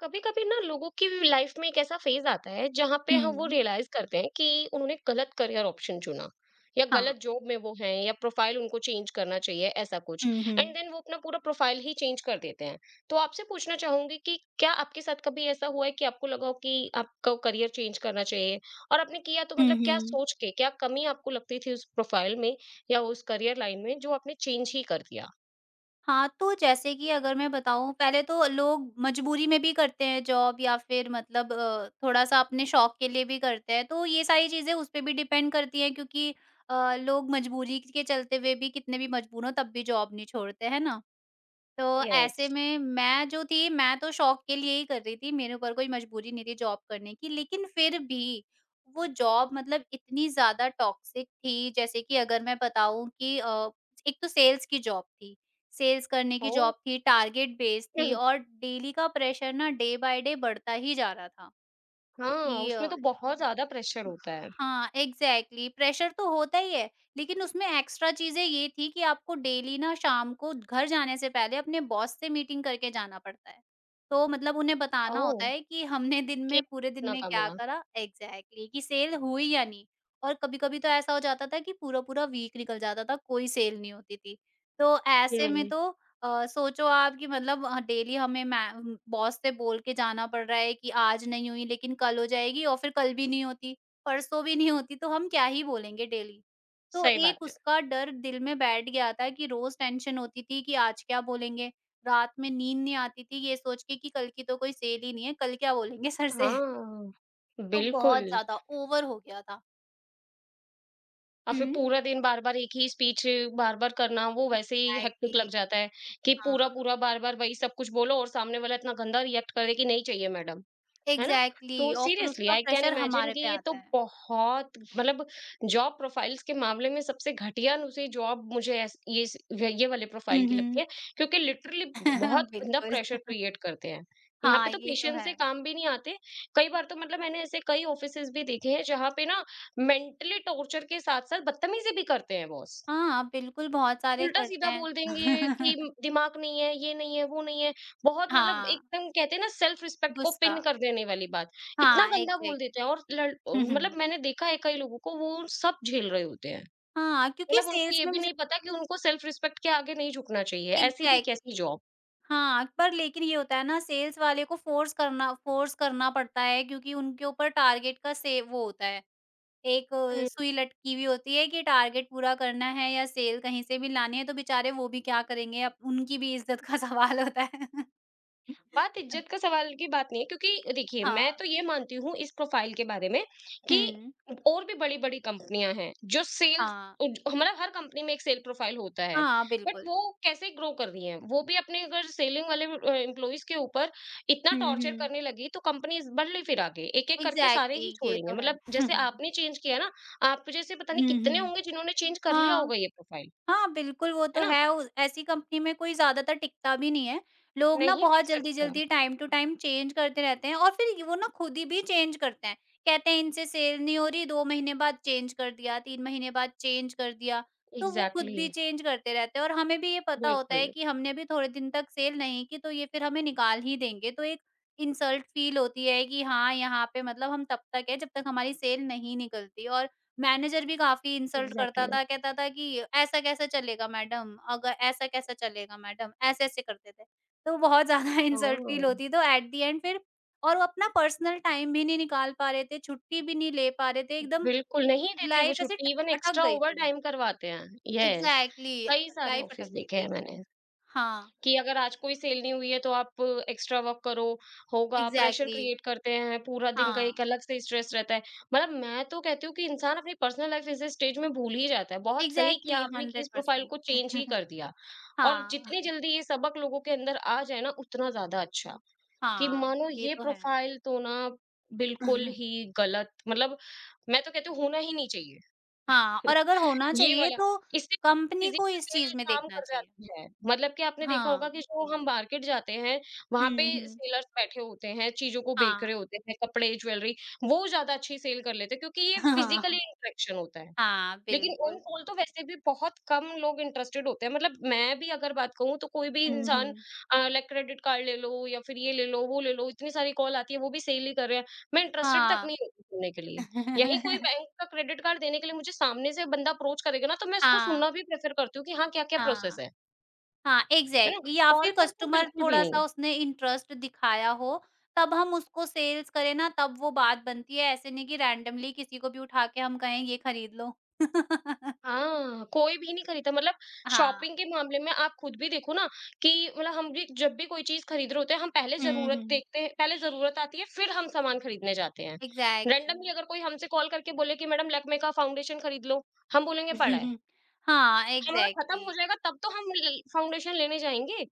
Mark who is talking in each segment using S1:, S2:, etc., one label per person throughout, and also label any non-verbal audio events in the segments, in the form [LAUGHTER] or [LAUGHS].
S1: कभी कभी ना लोगों की लाइफ में एक ऐसा फेज आता है जहां पे हम वो
S2: हुँ।
S1: रियलाइज करते हैं कि उन्होंने गलत करियर ऑप्शन चुना या गलत
S2: हाँ।
S1: जॉब में वो हैं या प्रोफाइल उनको चेंज करना चाहिए ऐसा कुछ।
S2: हुँ, हुँ।
S1: एंड देन वो अपना पूरा प्रोफाइल ही चेंज कर देते हैं। तो आपसे पूछना चाहूंगी कि क्या आपके साथ कभी ऐसा हुआ है कि आपको लगा हो कि आपका करियर चेंज करना चाहिए और आपने किया, तो
S2: हुँ,
S1: मतलब क्या
S2: हुँ।
S1: सोच के, क्या कमी आपको लगती थी उस प्रोफाइल में या उस करियर लाइन में, जो आपने चेंज ही कर दिया।
S2: हाँ, तो जैसे कि अगर मैं बताऊँ पहले तो लोग मजबूरी में भी करते हैं जॉब या फिर मतलब थोड़ा-सा अपने शौक के लिए भी करते हैं, तो ये सारी चीज़ें उस पे भी डिपेंड करती हैं क्योंकि लोग मजबूरी के चलते हुए भी कितने भी मजबूर हों तब भी जॉब नहीं छोड़ते, है ना? तो
S1: यस।
S2: ऐसे में मैं जो थी, मैं तो शौक के लिए ही कर रही थी, मेरे ऊपर कोई मजबूरी नहीं थी जॉब करने की। लेकिन फिर भी वो जॉब मतलब इतनी ज़्यादा टॉक्सिक थी, जैसे कि अगर मैं बताऊँ कि एक तो सेल्स की जॉब थी, सेल्स करने की
S1: ओ।
S2: जॉब थी, टारगेट बेस्ड थी और
S1: [CLEARS THROAT]
S2: डेली का प्रेशर ना डे बाय डे बढ़ता ही जा रहा था
S1: हाँ,
S2: कि
S1: उसमें तो बहुत ज्यादा प्रेशर होता है।
S2: हाँ, एग्ज़ैक्टली प्रेशर तो होता ही है, लेकिन उसमें एक्स्ट्रा चीज़ें ये थी कि आपको डेली ना शाम को घर जाने से पहले अपने बॉस से मीटिंग करके जाना पड़ता है। तो मतलब उन्हें बताना
S1: ओह!
S2: होता है कि हमने दिन
S1: कि
S2: में पूरे दिन
S1: कितना
S2: में
S1: कम
S2: क्या
S1: हुआ।
S2: करा एग्ज़ैक्टली कि सेल हुई या नहीं। और कभी-कभी तो ऐसा हो जाता था कि पूरा-पूरा वीक निकल जाता था, कोई सेल नहीं होती थी। तो ऐसे में
S1: हुँ,
S2: तो सोचो आप कि मतलब डेली हमें मैं बॉस से बोल के जाना पड़ रहा है कि आज नहीं हुई लेकिन कल हो जाएगी और फिर कल भी नहीं होती। परसों भी नहीं होती तो हम क्या ही बोलेंगे डेली। तो
S1: सही
S2: एक
S1: बात है।
S2: उसका डर दिल में बैठ गया था कि रोज़ टेंशन होती थी कि आज क्या बोलेंगे? रात में नींद नहीं आती थी ये सोच के कि कल की तो कोई सेल ही नहीं है, कल क्या बोलेंगे [LAUGHS] सर से?
S1: हाँ,
S2: तो
S1: बिल्कुल।
S2: बहुत ज़्यादा ओवर हो गया था।
S1: और फिर
S2: हुँ।
S1: पूरा दिन बार-बार एक ही स्पीच बार-बार करना वो वैसे ही हेक्टिक लग
S2: एग्ज़ैक्टली
S1: जाता है कि
S2: हाँ,
S1: पूरा-पूरा बार-बार वही सब कुछ बोलो और सामने वाला इतना गंदा रिएक्ट करे कि नहीं चाहिए मैडम। है ना? तो
S2: एग्ज़ैक्टली और फिर
S1: सीरियसली
S2: उसका
S1: आई कैन
S2: प्रेशर
S1: इमेजिन
S2: हमारे
S1: कि
S2: पे
S1: ये तो
S2: आता है।
S1: बहुत मतलब जॉब प्रोफाइल्स के मामले में सबसे घटिया-नुसी जॉब मुझे ऐस ये स ये वाले प्रोफाइल
S2: हुँ,
S1: की लगती
S2: हुँ।
S1: है क्योंकि लिटरली बहुत
S2: [LAUGHS]
S1: गंदा
S2: बिल्कुल,
S1: प्रेशर क्रिएट करते हैं। यहाँ पे
S2: हाँ,
S1: तो
S2: ये तो
S1: पेशेंस
S2: है।
S1: से काम भी नहीं आते। कई बार तो मतलब मैंने ऐसे कई ऑफिसेज़ भी देखे हैं जहाँ पे ना मेंटली टॉर्चर के साथ-साथ बदतमीज़ी भी करते हैं बॉस।
S2: हाँ, बिल्कुल बहुत सारे करते
S1: उल्टा-सीधा
S2: हैं।
S1: बोल देंगे कि
S2: [LAUGHS]
S1: दिमाग नहीं है, ये नहीं है, वो नहीं है। बहुत मतलब
S2: हाँ,
S1: एकदम कहते हैं ना, सेल्फ रिस्पेक्ट को
S2: गुस्सा।
S1: पिन कर देने वाली बात। इतना
S2: हाँ,
S1: गंदा बोल देते हैं
S2: एग्ज़ैक्टली।
S1: और लड़
S2: हुँ,
S1: मतलब
S2: हुँ।
S1: मैंने देखा है कई लोगों को वो सब झेल रहे होते हैं।
S2: हाँ, क्योंकि
S1: मतलब उनको
S2: सेल्स
S1: ये
S2: में
S1: भी
S2: मुझे
S1: नहीं पता कि उनको सेल्फ रिस्पेक्ट के आगे नहीं झुकना चाहिए। ऐसी भी कैसी
S2: एग्ज़ैक्टली।
S1: जॉब।
S2: हाँ, पर लेकिन ये होता है ना सेल्स वाले को फ़ोर्स करना पड़ता है क्योंकि उनके ऊपर टारगेट का से वो होता है, एक
S1: हुँ।
S2: सुई लटकी हुई होती है कि टारगेट पूरा करना है या सेल कहीं से भी लानी है तो बेचारे वो भी क्या करेंगे अब उनकी भी इज़्ज़त का [LAUGHS] सवाल होता है।
S1: बात इज्जत
S2: [LAUGHS]
S1: का सवाल की बात नहीं है क्योंकि देखिए,
S2: हाँ,
S1: मैं तो ये मानती हूँ इस प्रोफाइल के बारे में कि
S2: हुँ,
S1: और भी बड़ी-बड़ी कंपनियां हैं जो सेल्स,
S2: हाँ,
S1: हमारा हर कंपनी में एक सेल प्रोफाइल होता है,
S2: हाँ,
S1: बट
S2: बिल्कुल।
S1: वो कैसे ग्रो कर रही है वो भी अपने अगर सेलिंग वाले एम्प्लॉइज के ऊपर इतना
S2: हुँ,
S1: टॉर्चर
S2: हुँ।
S1: करने लगी तो कंपनी बढ़ली फिर आगे एक एक करके सारे ही
S2: एग्ज़ैक्टली ये
S1: छोड़ेंगे,
S2: तो है।
S1: मतलब जैसे
S2: [LAUGHS]
S1: आपने चेंज किया ना, आप जैसे पता नहीं
S2: हुँ,
S1: कितने
S2: हुँ।
S1: होंगे जिन्होंने चेंज कर लिया
S2: हाँ।
S1: होगा ये प्रोफाइल।
S2: हाँ, बिल्कुल वो
S1: है
S2: तो
S1: ना।
S2: है। उ ऐसी कंपनी में कोई ज़्यादातर टिकता भी नहीं है। लोग ना
S1: नहीं
S2: बहुत
S1: टिक सकता।
S2: जल्दी-जल्दी टाइम टू टाइम चेंज करते रहते हैं और फिर वो ना खुद ही भी चेंज करते हैं। कहते हैं इनसे सेल नहीं हो रही 2 महीने बाद चेंज कर दिया, 3 महीने बाद चेंज कर दिया। तो वो खुद
S1: एग्जैक्टली
S2: भी
S1: exactly,
S2: चेंज करते रहते हैं और हमें भी ये पता होता
S1: बिल्कुल
S2: है कि हमने भी थोड़े दिन तक सेल नहीं की तो ये फिर हमें निकाल ही देंगे। तो एक इंसल्ट फील होती है कि हाँ, यहाँ पे मतलब हम तब तक है जब तक हमारी सेल नहीं निकलती और मैनेजर भी काफ़ी इंसल्ट करता
S1: एग्जैक्टली।
S2: था, कहता था कि ऐसा कैसे चलेगा मैडम? अगर ऐसा कैसे चलेगा मैडम? ऐसे-ऐसे करते थे। तो बहुत ज़्यादा [LAUGHS] इंसल्ट फील
S1: ओह!
S2: होती तो एट द एंड फिर और वो अपना पर्सनल टाइम भी नहीं निकाल पा रहे थे, छुट्टी भी नहीं ले पा रहे थे, एकदम
S1: बिल्कुल, नहीं देते वो
S2: लाइफ ऐसे ट
S1: छुट्टी, इवन
S2: अटक
S1: एक्स्ट्रा
S2: गई थी।
S1: ओवरटाइम करवाते हैं। यस,
S2: एग्ज़ैक्टली
S1: कई सारे
S2: लाइफ अटक
S1: ऑफ़िस
S2: गई
S1: देखे हैं
S2: थी।
S1: मैंने
S2: हाँ,
S1: कि अगर आज कोई सेल नहीं हुई है तो आप एक्स्ट्रा वर्क करो, होगा, प्रेशर
S2: एग्ज़ैक्टली
S1: क्रिएट करते हैं, पूरा दिन का
S2: हाँ,
S1: एक अलग से स्ट्रेस रहता है। मतलब मैं तो कहती हूँ कि इंसान अपनी पर्सनल लाइफ़ इस स्टेज में भूल ही जाता है। बहुत सही किया
S2: एग्ज़ैक्टली
S1: आपने कि इस प्रोफ़ाइल को
S2: 100%
S1: चेंज ही
S2: [LAUGHS]
S1: कर दिया। और
S2: हाँ,
S1: जितनी जल्दी ये सबक लोगों के अंदर आ जाए ना उतना ज़्यादा अच्छा। कि
S2: हाँ,
S1: मानो
S2: ये
S1: ये
S2: तो है।
S1: प्रोफाइल तो ना बिल्कुल ही
S2: [LAUGHS]
S1: गलत, मतलब मैं तो कहती हूँ होना ही नहीं चाहिए।
S2: हाँ, और
S1: [LAUGHS]
S2: अगर होना
S1: ये
S2: चाहिए
S1: वाला
S2: तो
S1: इससे
S2: कंपनी को
S1: फिजिकल
S2: इस
S1: सेल
S2: चीज़ में
S1: काम
S2: देखना
S1: कर
S2: चाहिए।
S1: जाती है, मतलब कि आपने देखा होगा
S2: हाँ।
S1: कि जो हम मार्केट जाते हैं वहां पे
S2: हुँ, हुँ।
S1: सेलर्स बैठे होते हैं, चीजों को बेच रहे
S2: हाँ।
S1: होते हैं, कपड़े, ज्वेलरी। वो ज्यादा अच्छी सेल कर लेते हैं क्योंकि ये
S2: [LAUGHS]
S1: फिजिकली
S2: हाँ,
S1: इंटरेक्शन होता है।
S2: हाँ,
S1: लेकिन ओन
S2: बिल्कुल।
S1: कॉल तो वैसे भी बहुत कम लोग इंटरेस्टेड होते हैं, मतलब मैं भी अगर बात कहूँ तो कोई भी
S2: हुँ,
S1: इंसान,
S2: हुँ।
S1: लाइक क्रेडिट कार्ड ले लो या फिर ये ले लो वो ले लो, इतनी सारी कॉल आती है, वो भी सेल ही कर रहे हैं। मैं इंटरेस्टेड तक
S2: हाँ।
S1: नहीं होती सुनने के लिए। यही कोई
S2: [LAUGHS]
S1: बैंक का क्रेडिट कार्ड देने के लिए मुझे सामने से बंदा अप्रोच करेगा ना, तो मैं इसको
S2: हाँ,
S1: सुनना भी प्रेफर करती हूँ कि हाँ, क्या क्या प्रोसेस
S2: हाँ,
S1: है।
S2: हाँ,
S1: है ना।
S2: एग्ज़ैक्टली या
S1: कॉल
S2: फिर
S1: पर तो
S2: कस्टमर
S1: बिल्कुल भी नहीं।
S2: थोड़ा-सा उसने इंटरेस्ट दिखाया हो, तब हम उसको सेल्स करें ना तब वो बात बनती है, ऐसे नहीं कि रैंडमली किसी को भी उठा के हम कहें ये खरीद लो। [LAUGHS]
S1: हाँ, कोई भी नहीं खरीदता, मतलब
S2: हाँ।
S1: शॉपिंग के मामले में आप खुद भी देखो ना कि मतलब हम भी जब भी कोई चीज़ खरीद रहे होते हैं, हम पहले
S2: हुँ,
S1: ज़रूरत
S2: हुँ।
S1: देखते हैं, पहले ज़रूरत आती है, फिर हम सामान खरीदने जाते हैं। Randomly
S2: exactly.
S1: अगर कोई हमसे कॉल करके बोले कि मैडम लैक्मे का फाउंडेशन खरीद लो, हम बोलेंगे पड़ा है।
S2: [LAUGHS] हाँ,
S1: हमारा
S2: एग्ज़ैक्टली।
S1: खत्म हो जाएगा तब तो हम ल फाउंडेशन लेने जाएँगे।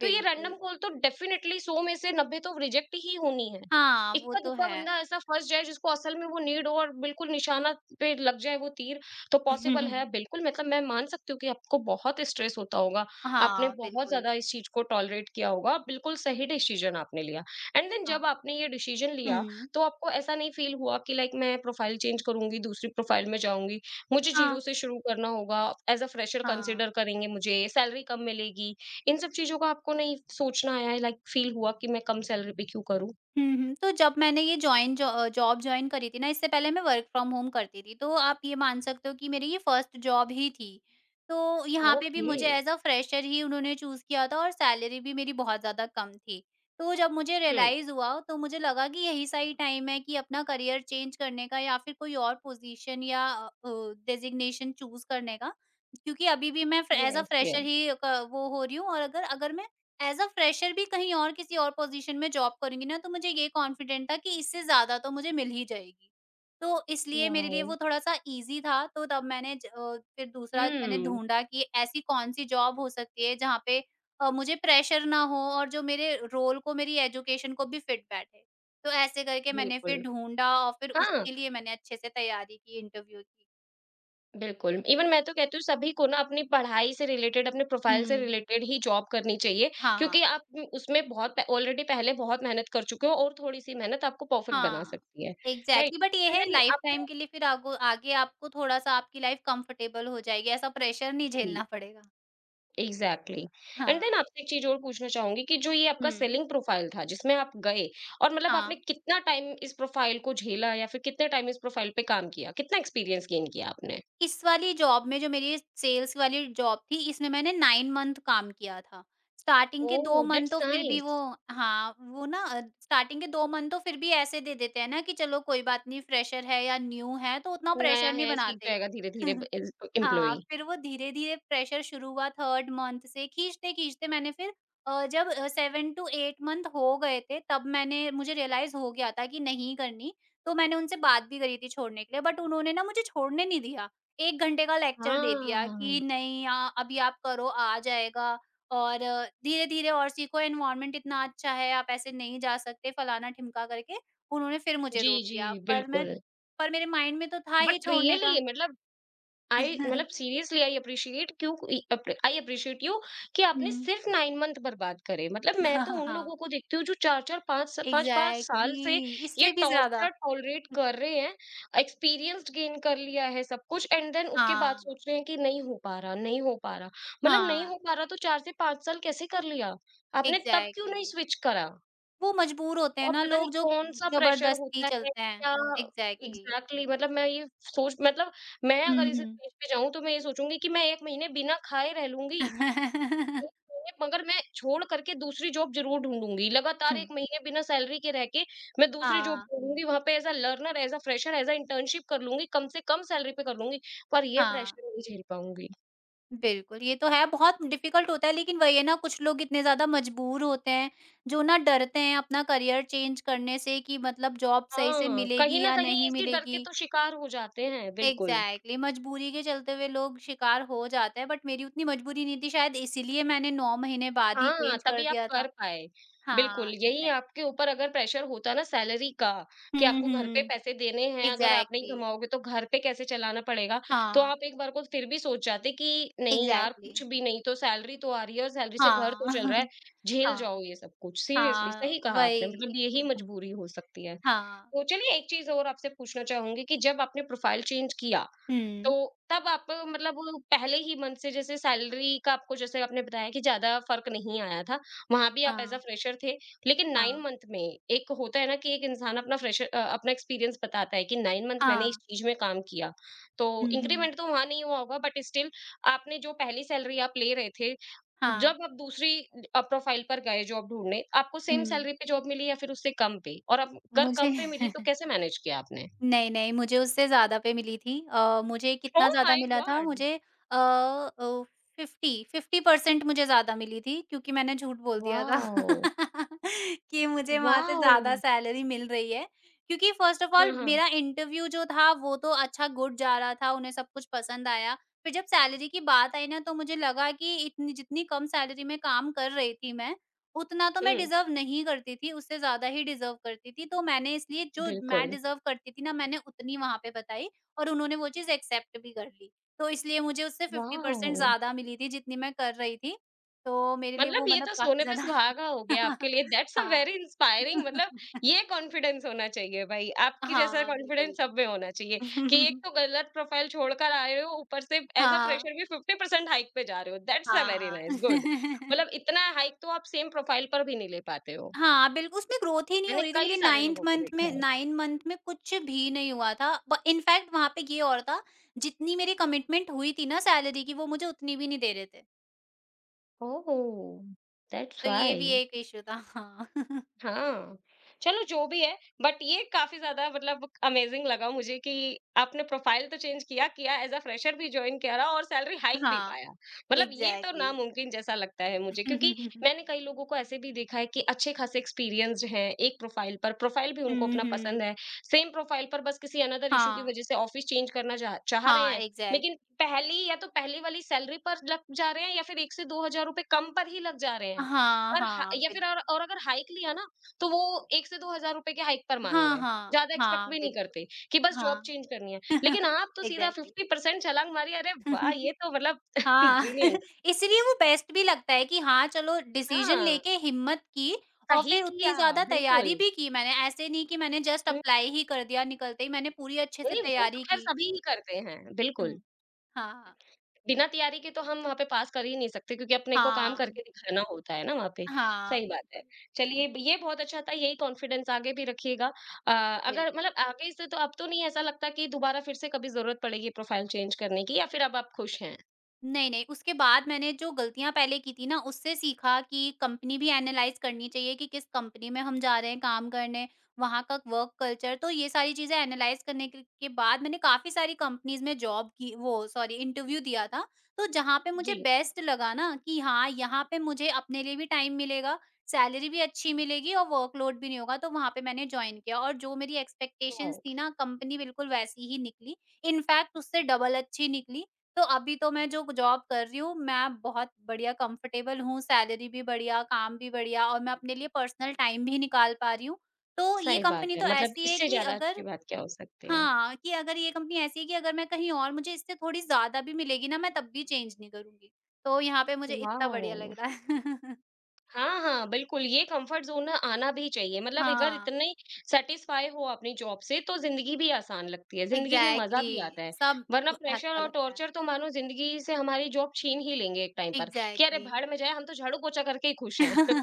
S1: तो ये
S2: बिल्कुल।
S1: रैंडम कॉल तो डेफिनेटली 100 में से 90 तो रिजेक्ट ही होनी है।
S2: हाँ, वो तो
S1: इक्का-दुक्का
S2: है।
S1: बंदा ऐसा फँस जाए जिसको असल में वो नीड हो और बिल्कुल निशाना पे लग जाए वो तीर, तो पॉसिबल है,
S2: [LAUGHS]
S1: बिल्कुल मतलब मैं मान सकती हूँ कि आपको बहुत स्ट्रेस होता होगा। आपने
S2: हाँ,
S1: बहुत
S2: बिल्कुल।
S1: ज़्यादा इस चीज़ को टॉलरेट किया होगा, बिल्कुल सही डिसीजन आपने लिया। एंड देन
S2: हाँ।
S1: जब आपने ये डिसीजन लिया,
S2: हुँ।
S1: तो आपको ऐसा नहीं फ़ील हुआ कि लाइक मैं प्रोफाइल चेंज करूँगी, दूसरी प्रोफाइल में जाऊँगी, मुझे
S2: हाँ,
S1: जीरो से शुरू करना होगा, एज़ अ फ्रेशर
S2: हाँ।
S1: कंसिडर करेंगे मुझे, सैलरी कम मिलेगी, इन सब चीज़ों का आपको नहीं सोचना आया है, लाइक फ़ील हुआ कि मैं कम सैलरी पे क्यों करूँ?
S2: हुँ, हुँ। तो जब मैंने ये जॉब जॉइन करी थी ना, इससे पहले मैं वर्क फ्रॉम होम करती थी, तो आप ये मान सकते हो कि मेरी ये फर्स्ट जॉब ही थी। तो यहाँ पे भी
S1: ओके।
S2: मुझे एज़ अ फ्रेशर ही उन्होंने चूज़ किया था और सैलरी भी मेरी बहुत ज़्यादा कम थी। तो जब मुझे
S1: हुँ,
S2: रियलाइज़ हुआ, तो मुझे लगा कि यही सही टाइम है कि अपना करियर चेंज करने का या फिर कोई और पोज़ीशन या डेज़िग्नेशन चूज़ करने का, क्योंकि अभी भी मैं फ़्र as a
S1: yes,
S2: fresher
S1: yes.
S2: ही क वो हो रही हूँ और अगर अगर मैं एज़ अ फ्रेशर भी कहीं और किसी और पोज़ीशन में जॉब करूँगी ना तो मुझे ये कॉन्फिडेंट था कि इससे ज़्यादा तो मुझे मिल ही जाएगी। तो इसलिए मेरे लिए
S1: वॉव!
S2: वो थोड़ा-सा ईज़ी था तो तब मैंने फिर दूसरा मैंने
S1: हुँ,
S2: ढूँढा कि ऐसी कौन-सी जॉब हो सकती है जहाँ पे मुझे प्रेशर ना हो और जो मेरे रोल को मेरी एजुकेशन को भी फिट बैठे। तो ऐसे करके मैंने फिर
S1: बिल्कुल।
S2: ढूँढा और फिर
S1: हाँ,
S2: उसके लिए मैंने अच्छे से तैयारी की इंटरव्यू की।
S1: बिल्कुल। इवन मैं तो कहती हूँ सभी को ना अपनी पढ़ाई से रिलेटेड, अपने प्रोफ़ाइल से
S2: हुँ।
S1: रिलेटेड ही जॉब करनी चाहिए,
S2: हाँ।
S1: क्योंकि आप उसमें बहुत प ऑलरेडी पहले बहुत मेहनत कर चुके हो और थोड़ी-सी मेहनत आपको परफ़ेक्ट बना
S2: हाँ,
S1: सकती है, राइट?
S2: एग्ज़ैक्टली बट ये
S1: एंड
S2: है
S1: देन
S2: लाइफ़टाइम
S1: आपने।
S2: के लिए फिर आगो आगे आपको थोड़ा-सा आपकी लाइफ़ कंफर्टेबल हो जाएगी, ऐसा प्रेशर नहीं
S1: जी।
S2: झेलना पड़ेगा।
S1: Exactly exactly. एंड देन
S2: हाँ।
S1: आपसे एक चीज और पूछना चाहूंगी कि जो ये आपका
S2: हुँ।
S1: सेलिंग प्रोफाइल था जिसमें आप गए और मतलब
S2: हाँ,
S1: आपने कितना टाइम इस प्रोफाइल को झेला या फिर कितने टाइम इस प्रोफाइल पे काम किया, कितना एक्सपीरियंस गेन किया आपने।
S2: इस वाली जॉब में जो मेरी सेल्स वाली जॉब थी, इसमें मैंने 9 मंथ काम किया था। स्टार्टिंग के
S1: ओह
S2: 2 मंथ
S1: दैट्स
S2: तो फिर भी वो
S1: नाइस।
S2: हाँ, वो ना स्टार्टिंग के 2 मंथ तो फिर भी ऐसे दे देते हैं ना कि चलो कोई बात नहीं फ्रेशर है या न्यू है, तो उतना
S1: नया
S2: प्रेशर नहीं
S1: है, सीख
S2: बनाते।
S1: जाएगा धीरे धीरे
S2: [LAUGHS] हाँ,
S1: एम्प्लॉय।
S2: फिर वो धीरे-धीरे प्रेशर शुरू हुआ 3rd मंथ से, खींचते-खींचते मैंने फिर 7 टू 8 मंथ हो गए थे तब मैंने मुझे रियलाइज़ हो गया था कि नहीं करनी, तो मैंने उनसे बात भी करी थी छोड़ने के लिए बट उन्होंने ना मुझे छोड़ने नहीं दिया। 1 घंटे का लेक्चर दे दिया
S1: हाँ,
S2: कि नहीं अभी आप करो आ जाएगा और धीरे-धीरे और सीखो एनवायरनमेंट इतना अच्छा है, आप ऐसे नहीं जा सकते फलाना-ढिमका करके उन्होंने फिर मुझे
S1: जी
S2: रोक लिया।
S1: जी बिल्कुल।
S2: पर मेरे माइंड में तो था ही
S1: बट
S2: छोड़ने का।
S1: रियली मतलब आई मतलब
S2: [LAUGHS]
S1: सीरियसली आई अप्रिशिएट क्यों आई अप्रिशिएट यू कि आपने
S2: हुँ।
S1: सिर्फ नाइन मंथ बर्बाद करे, मतलब मैं
S2: हाँ,
S1: तो
S2: हाँ,
S1: उन
S2: हाँ।
S1: लोगों को देखती हूँ जो चार चार पांच पांच पांच साल से
S2: एग्ज़ैक्टली
S1: ये
S2: इससे भी
S1: टॉर्चर
S2: ज़्यादा।
S1: टॉलरेट कर रहे हैं, एक्सपीरियंस गेन कर लिया है सब कुछ, एंड देन उसके
S2: हाँ,
S1: बाद सोच रहे हैं कि नहीं हो पा रहा, नहीं हो पा रहा, मतलब नहीं
S2: हाँ,
S1: हो पा रहा तो चार से पांच साल कैसे कर लिया, आपने तब क्यों नहीं
S2: एग्ज़ैक्टली
S1: स्विच करा
S2: वो मजबूर होते हैं
S1: और
S2: ना
S1: पता नहीं
S2: लोग जो
S1: कौन-सा प्रेशर
S2: ज़बरदस्ती
S1: होता है
S2: चलते हैं।
S1: क्या। हुँ।
S2: एग्ज़ैक्टली
S1: एग्ज़ैक्टली, मतलब मैं ये सोच मतलब मैं अगर
S2: हुँ,
S1: इस
S2: हुँ।
S1: स्टेज पे जाऊँ तो मैं ये सोचूँगी कि मैं 1 महीने बिना खाए रह लूँगी। 1 महीने मगर मैं छोड़ कर के दूसरी जॉब ज़रूर ढूँढूँगी। लगातार
S2: हुँ।
S1: 1
S2: [LAUGHS]
S1: महीने बिना सैलरी के रह के मैं दूसरी जॉब
S2: हाँ,
S1: ढूँढूँगी, वहाँ पे as a learner, as a fresher, as a internship कर लूँगी, कम से कम सैलरी पे कर लूँगी, पर ये
S2: हाँ,
S1: प्रेशर नहीं झेल पाऊँगी।
S2: बिल्कुल ये तो है बहुत डिफ़िकल्ट होता है लेकिन वही है ना कुछ लोग इतने ज़्यादा मजबूर होते हैं, जो ना डरते हैं अपना करियर चेंज करने से कि मतलब जॉब सही से
S1: हाँ, कहीं
S2: मिलेगी
S1: न
S2: या
S1: कहीं
S2: नहीं
S1: इसी डर के
S2: मिलेगी।
S1: तो शिकार हो जाते हैं, बिल्कुल।
S2: एग्ज़ैक्टली मजबूरी के चलते हुए लोग शिकार हो जाते हैं बट मेरी उतनी मजबूरी नहीं थी शायद इसीलिए मैंने 9 महीने बाद ही
S1: हाँ,
S2: चेंज कर
S1: तभी आप
S2: दिया
S1: कर
S2: था।
S1: पाए। बिल्कुल,
S2: हाँ,
S1: यही
S2: एग्ज़ैक्टली
S1: आपके ऊपर अगर प्रेशर होता ना सैलरी का कि
S2: हुँ,
S1: आपको घर पे
S2: हुँ।
S1: पैसे देने हैं, अगर आप नहीं
S2: एग्ज़ैक्टली
S1: कमाओगे तो घर पे कैसे चलाना पड़ेगा, तो
S2: हाँ,
S1: आप एक बार को फिर भी सोच जाते कि नहीं यार,
S2: एग्ज़ैक्टली
S1: कुछ भी नहीं तो सैलरी तो आ रही है और सैलरी से घर
S2: हाँ।
S1: तो चल रहा है,
S2: [LAUGHS]
S1: झेल जाओ
S2: हाँ,
S1: ये सब कुछ। सीरियसली
S2: हाँ,
S1: सही कहा आपने, मतलब
S2: वही।
S1: यही मजबूरी हो सकती है।
S2: हाँ,
S1: तो चलिए एक चीज़ और आपसे पूछना चाहूँगी कि जब आपने प्रोफाइल चेंज किया, तो
S2: हुँ,
S1: तब आप मतलब पहले ही मंथ से जैसे सैलरी का आपको, जैसे आपने बताया कि ज़्यादा फ़र्क नहीं आया था, वहाँ भी आप एज़ अ
S2: हाँ,
S1: फ्रेशर थे। लेकिन 9
S2: हाँ,
S1: मंथ में एक होता है ना कि एक इंसान अपना फ्रेशर अपना एक्सपीरियंस बताता है कि 9 मंथ मैंने इस
S2: हाँ।
S1: चीज़ में काम किया। तो
S2: हुँ, हुँ,
S1: इंक्रीमेंट तो वहाँ नहीं हुआ होगा बट स्टिल आपने जो पहली सैलरी आप ले रहे थे,
S2: हाँ,
S1: जब आप दूसरी प्रोफाइल पर गए जॉब ढूँढने, आपको सेम
S2: हुँ।
S1: सैलरी पे जॉब मिली या फिर उससे कम पे? और अब अगर
S2: मुझे
S1: कम
S2: [LAUGHS]
S1: पे मिली तो कैसे मैनेज किया आपने?
S2: नहीं, नहीं, मुझे उससे ज़्यादा पे मिली थी। मुझे कितना
S1: ओह
S2: ज़्यादा
S1: माय
S2: मिला था?
S1: गॉड!
S2: मुझे अ अ, 50% मुझे ज़्यादा मिली थी क्योंकि मैंने झूठ बोल दिया था
S1: वॉव!
S2: [LAUGHS] कि मुझे वहाँ से
S1: वाओ!
S2: ज़्यादा सैलरी मिल रही है। क्योंकि फ़र्स्ट ऑफ़
S1: हाँ,
S2: ऑल
S1: हाँ।
S2: मेरा इंटरव्यू जो था वो तो अच्छा गुड जा रहा था, उन्हें सब कुछ पसंद आया। फिर जब सैलरी की बात आई ना तो मुझे लगा कि इतनी जितनी कम सैलरी में काम कर रही थी मैं उतना तो मैं
S1: हुँ,
S2: डिज़र्व नहीं करती थी, उससे ज़्यादा ही डिज़र्व करती थी, तो मैंने इसलिए जो मैं
S1: बिल्कुल।
S2: डिज़र्व करती थी ना, मैंने उतनी वहाँ पे बताई और उन्होंने वो चीज़ एक्सेप्ट भी कर ली। तो इसलिए मुझे उससे 50%
S1: वाओ!
S2: ज़्यादा मिली थी, जितनी मैं कर रही थी। तो मेरे लिए
S1: मतलब
S2: वो
S1: ये
S2: मतलब
S1: तो
S2: काफ़ी
S1: सोने पे
S2: ज़्यादा
S1: सुहागा हो गया आपके
S2: [LAUGHS]
S1: लिए, दैट्स अ
S2: हाँ।
S1: वेरी इंस्पायरिंग, मतलब
S2: [LAUGHS]
S1: ये कॉन्फिडेंस होना चाहिए भाई, आपकी जैसा
S2: हाँ,
S1: कॉन्फिडेंस
S2: बिल्कुल।
S1: सब में होना चाहिए कि एक
S2: [LAUGHS]
S1: तो गलत प्रोफाइल छोड़कर आए हो, ऊपर से एज़ अ
S2: हाँ,
S1: फ्रेशर भी 50% हाइक पे जा रहे हो, दैट्स अ
S2: हाँ,
S1: वेरी
S2: हाँ।
S1: Nice, good.
S2: [LAUGHS]
S1: मतलब इतना हाइक तो आप सेम प्रोफाइल पर भी नहीं ले पाते हो।
S2: हाँ, बिल्कुल उसमें ग्रोथ ही नहीं हो
S1: मैंने
S2: रही थी
S1: कई
S2: मेरी
S1: सारे
S2: 9th
S1: लोगों को
S2: मंथ
S1: देखा
S2: में
S1: है।
S2: 9 मंथ में कुछ भी नहीं हुआ था। ब इनफैक्ट वहाँ पे ये और था, जितनी मेरी कमिटमेंट हुई थी ना सैलरी की वो मुझे उतनी भी नहीं दे रहे थे।
S1: ओह! दैट्स
S2: तो ये
S1: व्हाई।
S2: भी एक इश्यू था। हाँ। [LAUGHS]
S1: हाँ, चलो जो भी है बट ये काफ़ी ज़्यादा मतलब अमेज़िंग लगा मुझे कि आपने प्रोफ़ाइल तो चेंज किया, किया एज़ अ फ्रेशर भी जॉइन करा और सैलरी हाइक भी
S2: हाँ,
S1: पाया। मतलब ये तो
S2: एग्ज़ैक्टली।
S1: नामुमकिन जैसा लगता है मुझे क्योंकि मैंने कई लोगों को ऐसे भी देखा है कि अच्छे खासे एक्सपीरियंस्ड हैं एक प्रोफ़ाइल पर, प्रोफ़ाइल भी उनको
S2: हुँ,
S1: अपना पसंद
S2: हुँ।
S1: है। सेम प्रोफ़ाइल पर बस किसी अनदर
S2: [LAUGHS]
S1: इश्यू की
S2: हाँ,
S1: वज़ह से ऑफ़िस चेंज करना चाह चाह रहे
S2: हाँ,
S1: हैं, लेकिन
S2: एग्ज़ैक्टली।
S1: पहली या तो पहली वाली सैलरी पर लग जा रहे हैं या फिर 1 से 2 हज़ार रुपए कम पर ही लग जा रहे हैं।
S2: हाँ,
S1: पर ह
S2: हाँ,
S1: या फिर और
S2: बिल्कुल।
S1: और अगर हाइक लिया ना तो वो 1 से 2,000 रुपए के हाइक पर मान
S2: हाँ,
S1: गए।
S2: हाँ,
S1: ज़्यादा एक्सपेक्ट
S2: हाँ,
S1: भी नहीं करते
S2: बिल्कुल।
S1: कि बस जॉब
S2: हाँ,
S1: चेंज करनी है। लेकिन
S2: [LAUGHS]
S1: आप तो सीधा
S2: एग्ज़ैक्टली।
S1: 50% छलाँग मारी, अरे वाह!
S2: [LAUGHS]
S1: ये तो मतलब [LAUGHS]
S2: हाँ
S1: ब्रिलियंट।
S2: [LAUGHS] इसलिए वो बेस्ट भी लगता है कि हाँ, चलो डिसीज़न
S1: हाँ,
S2: लेके हिम्मत की और
S1: सही
S2: फिर उतनी
S1: किया,
S2: ज़्यादा तैयारी
S1: बिल्कुल।
S2: भी की मैंने, ऐसे नहीं कि मैंने जस्ट
S1: हुँ,
S2: अप्लाई ही कर दिया निकलते ही, मैंने पूरी अच्छे से
S1: नहीं, वो तो
S2: तैयारी
S1: खैर
S2: की।
S1: सभी ही करते हैं,
S2: हुँ,
S1: बिल्कुल।
S2: हाँ,
S1: बिना तैयारी के तो हम वहाँ पे पास कर ही नहीं सकते क्योंकि अपने को काम
S2: हाँ,
S1: करके
S2: बिल
S1: दिखाना होता है ना वहाँ पे।
S2: हाँ,
S1: सही बात है।
S2: बिल्कुल।
S1: चलिए
S2: हुँ,
S1: ये बहुत अच्छा था, यही कॉन्फिडेंस आगे भी रखिएगा। अ, अगर
S2: बिल्कुल।
S1: मतलब आगे से तो अब तो नहीं ऐसा लगता कि दोबारा फिर से कभी ज़रूरत पड़ेगी प्रोफ़ाइल चेंज करने की या फिर अब आप खुश हैं?
S2: नहीं, नहीं, उसके बाद मैंने जो गलतियाँ पहले की थी ना, उससे सीखा कि कंपनी भी एनालाइज़ करनी चाहिए कि किस कंपनी में हम जा रहे हैं काम करने, वहाँ का वर्क कल्चर। तो ये सारी चीज़ें एनालाइज़ करने के बाद मैंने काफ़ी सारी कंपनीज़ में जॉब की वो सॉरी इंटरव्यू दिया था। तो जहाँ पे मुझे
S1: जी,
S2: बेस्ट लगा ना कि हाँ, यहाँ पे मुझे अपने लिए भी टाइम मिलेगा, सैलरी भी अच्छी मिलेगी और वर्कलोड भी नहीं होगा, तो वहाँ पे मैंने जॉइन किया। और जो मेरी एक्सपेक्टेशंस
S1: वाओ!
S2: थी ना, कंपनी बिल्कुल वैसी ही निकली। इनफैक्ट उससे डबल अच्छी निकली तो अभी तो मैं जो जॉब कर रही हूँ, मैं बहुत बढ़िया कंफर्टेबल हूँ, सैलरी भी बढ़िया, काम भी बढ़िया और मैं अपने लिए पर्सनल टाइम भी निकाल पा रही हूँ। तो ये
S1: सही बात
S2: कंपनी
S1: है,
S2: तो
S1: मतलब
S2: ऐसी है
S1: इससे
S2: कि
S1: ज़्यादा अच्छी
S2: अगर
S1: बात क्या हो सकती है?
S2: हाँ, कि अगर ये कंपनी ऐसी है कि अगर मैं कहीं और मुझे इससे थोड़ी ज़्यादा भी मिलेगी ना, मैं तब भी चेंज नहीं करूँगी। तो यहाँ पे मुझे इतना बढ़िया
S1: वाओ!
S2: लग रहा है। [LAUGHS]
S1: हाँ, हाँ, बिल्कुल, ये कम्फर्ट ज़ोन आना भी चाहिए, मतलब अगर
S2: हाँ,
S1: इतने सैटिस्फाई हो अपनी जॉब से, तो ज़िंदगी भी आसान लगती है, ज़िंदगी में मज़ा
S2: एग्ज़ैक्टली
S1: भी आता है।
S2: सब
S1: वरना प्रेशर
S2: अच्छा
S1: और
S2: लगता है।
S1: टॉर्चर तो मानो ज़िंदगी से हमारी जॉब छीन ही लेंगे एक टाइम पर, कि अरे!
S2: एग्ज़ैक्टली
S1: भाड़ में जाए, हम तो झाड़ू-पोछा करके ही खुश हैं, [LAUGHS]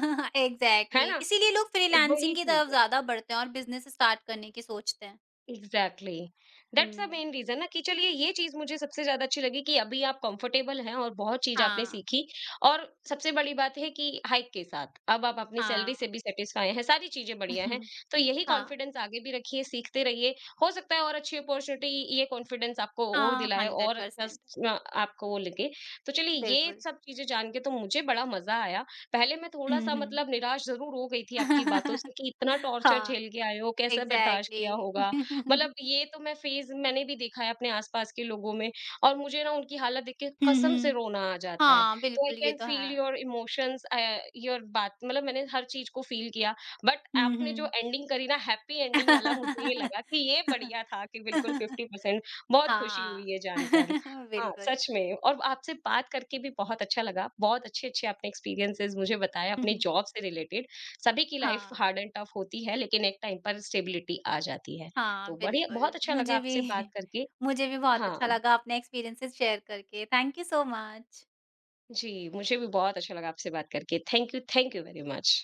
S1: है
S2: [LAUGHS]
S1: ना?
S2: इसीलिए लोग फ्रीलांसिंग
S1: वही
S2: की तरफ
S1: चीज़।
S2: ज़्यादा बढ़ते हैं और बिज़नेस स्टार्ट करने की सोचते हैं।
S1: Exactly exactly. That's the
S2: hmm.
S1: Main reason ना कि चलिए ये चीज मुझे सबसे ज्यादा अच्छी लगी कि अभी आप कंफर्टेबल हैं और बहुत चीज आपने
S2: हाँ,
S1: सीखी और सबसे बड़ी बात है कि हाइक के साथ अब आप अपनी सैलरी से
S2: हाँ।
S1: भी सेटिस्फाई हैं, सारी चीजें बढ़िया हैं।
S2: [LAUGHS]
S1: तो यही
S2: हाँ,
S1: कॉन्फिडेंस आगे भी रखिए, सीखते रहिए। हो सकता है और अच्छी अपॉर्चुनिटी ये कॉन्फिडेंस आपको और
S2: हाँ,
S1: दिलाए और अच्छा
S2: 100%
S1: आपको वो लगे। तो चलिए ये
S2: बिल्कुल।
S1: सब चीजें जान के तो मुझे बड़ा मजा आया। पहले मैं थोड़ा
S2: हुँ,
S1: सा
S2: हुँ।
S1: मतलब निराश जरूर हो गई थी आपकी बातों से
S2: [LAUGHS]
S1: कि इतना टॉर्चर
S2: हाँ,
S1: झेल के आए हो, कैसा बर्दाश्त किया
S2: एग्ज़ैक्टली।
S1: होगा,
S2: हुँ, हुँ।
S1: मतलब ये तो मैं फेज़ मैंने भी देखा है अपने आस-पास के लोगों में और मुझे ना उनकी हालत देख के कसम से
S2: [LAUGHS]
S1: रोना आ जाता है।
S2: हाँ,
S1: तो आई
S2: बिल्कुल ये
S1: कैन
S2: तो
S1: फ़ील
S2: है।
S1: योर इमोशंस, योर बात, मतलब मैंने हर चीज़ को फ़ील किया। बट
S2: हुँ,
S1: आपने जो
S2: हुँ।
S1: एंडिंग करी ना, हैप्पी एंडिंग वाला, मुझे ये लगा कि ये
S2: [LAUGHS]
S1: बढ़िया था कि बिल्कुल 50%। बहुत खुशी
S2: हाँ।
S1: हुई है जानकर।
S2: [LAUGHS]
S1: हाँ,
S2: बिल्कुल।
S1: सच में, और आपसे बात करके भी बहुत अच्छा लगा। बहुत अच्छे-अच्छे आपने एक्सपीरियंसेस मुझे बताए अपने
S2: [LAUGHS]
S1: जॉब से रिलेटेड। सभी की लाइफ़
S2: हाँ,
S1: हार्ड एंड टफ होती है लेकिन एक टाइम पर स्टेबिलिटी आ जाती है।
S2: हाँ,
S1: तो बढ़िया, बहुत
S2: बिल्कुल।
S1: अच्छा लगा
S2: मुझे भी
S1: आपसे बात
S2: [LAUGHS]
S1: करके।
S2: मुझे भी बहुत
S1: हाँ,
S2: अच्छा लगा अपने एक्सपीरियंसेस शेयर करके। Thank you so much.
S1: जी, मुझे भी बहुत अच्छा लगा आपसे बात करके। Thank you very much.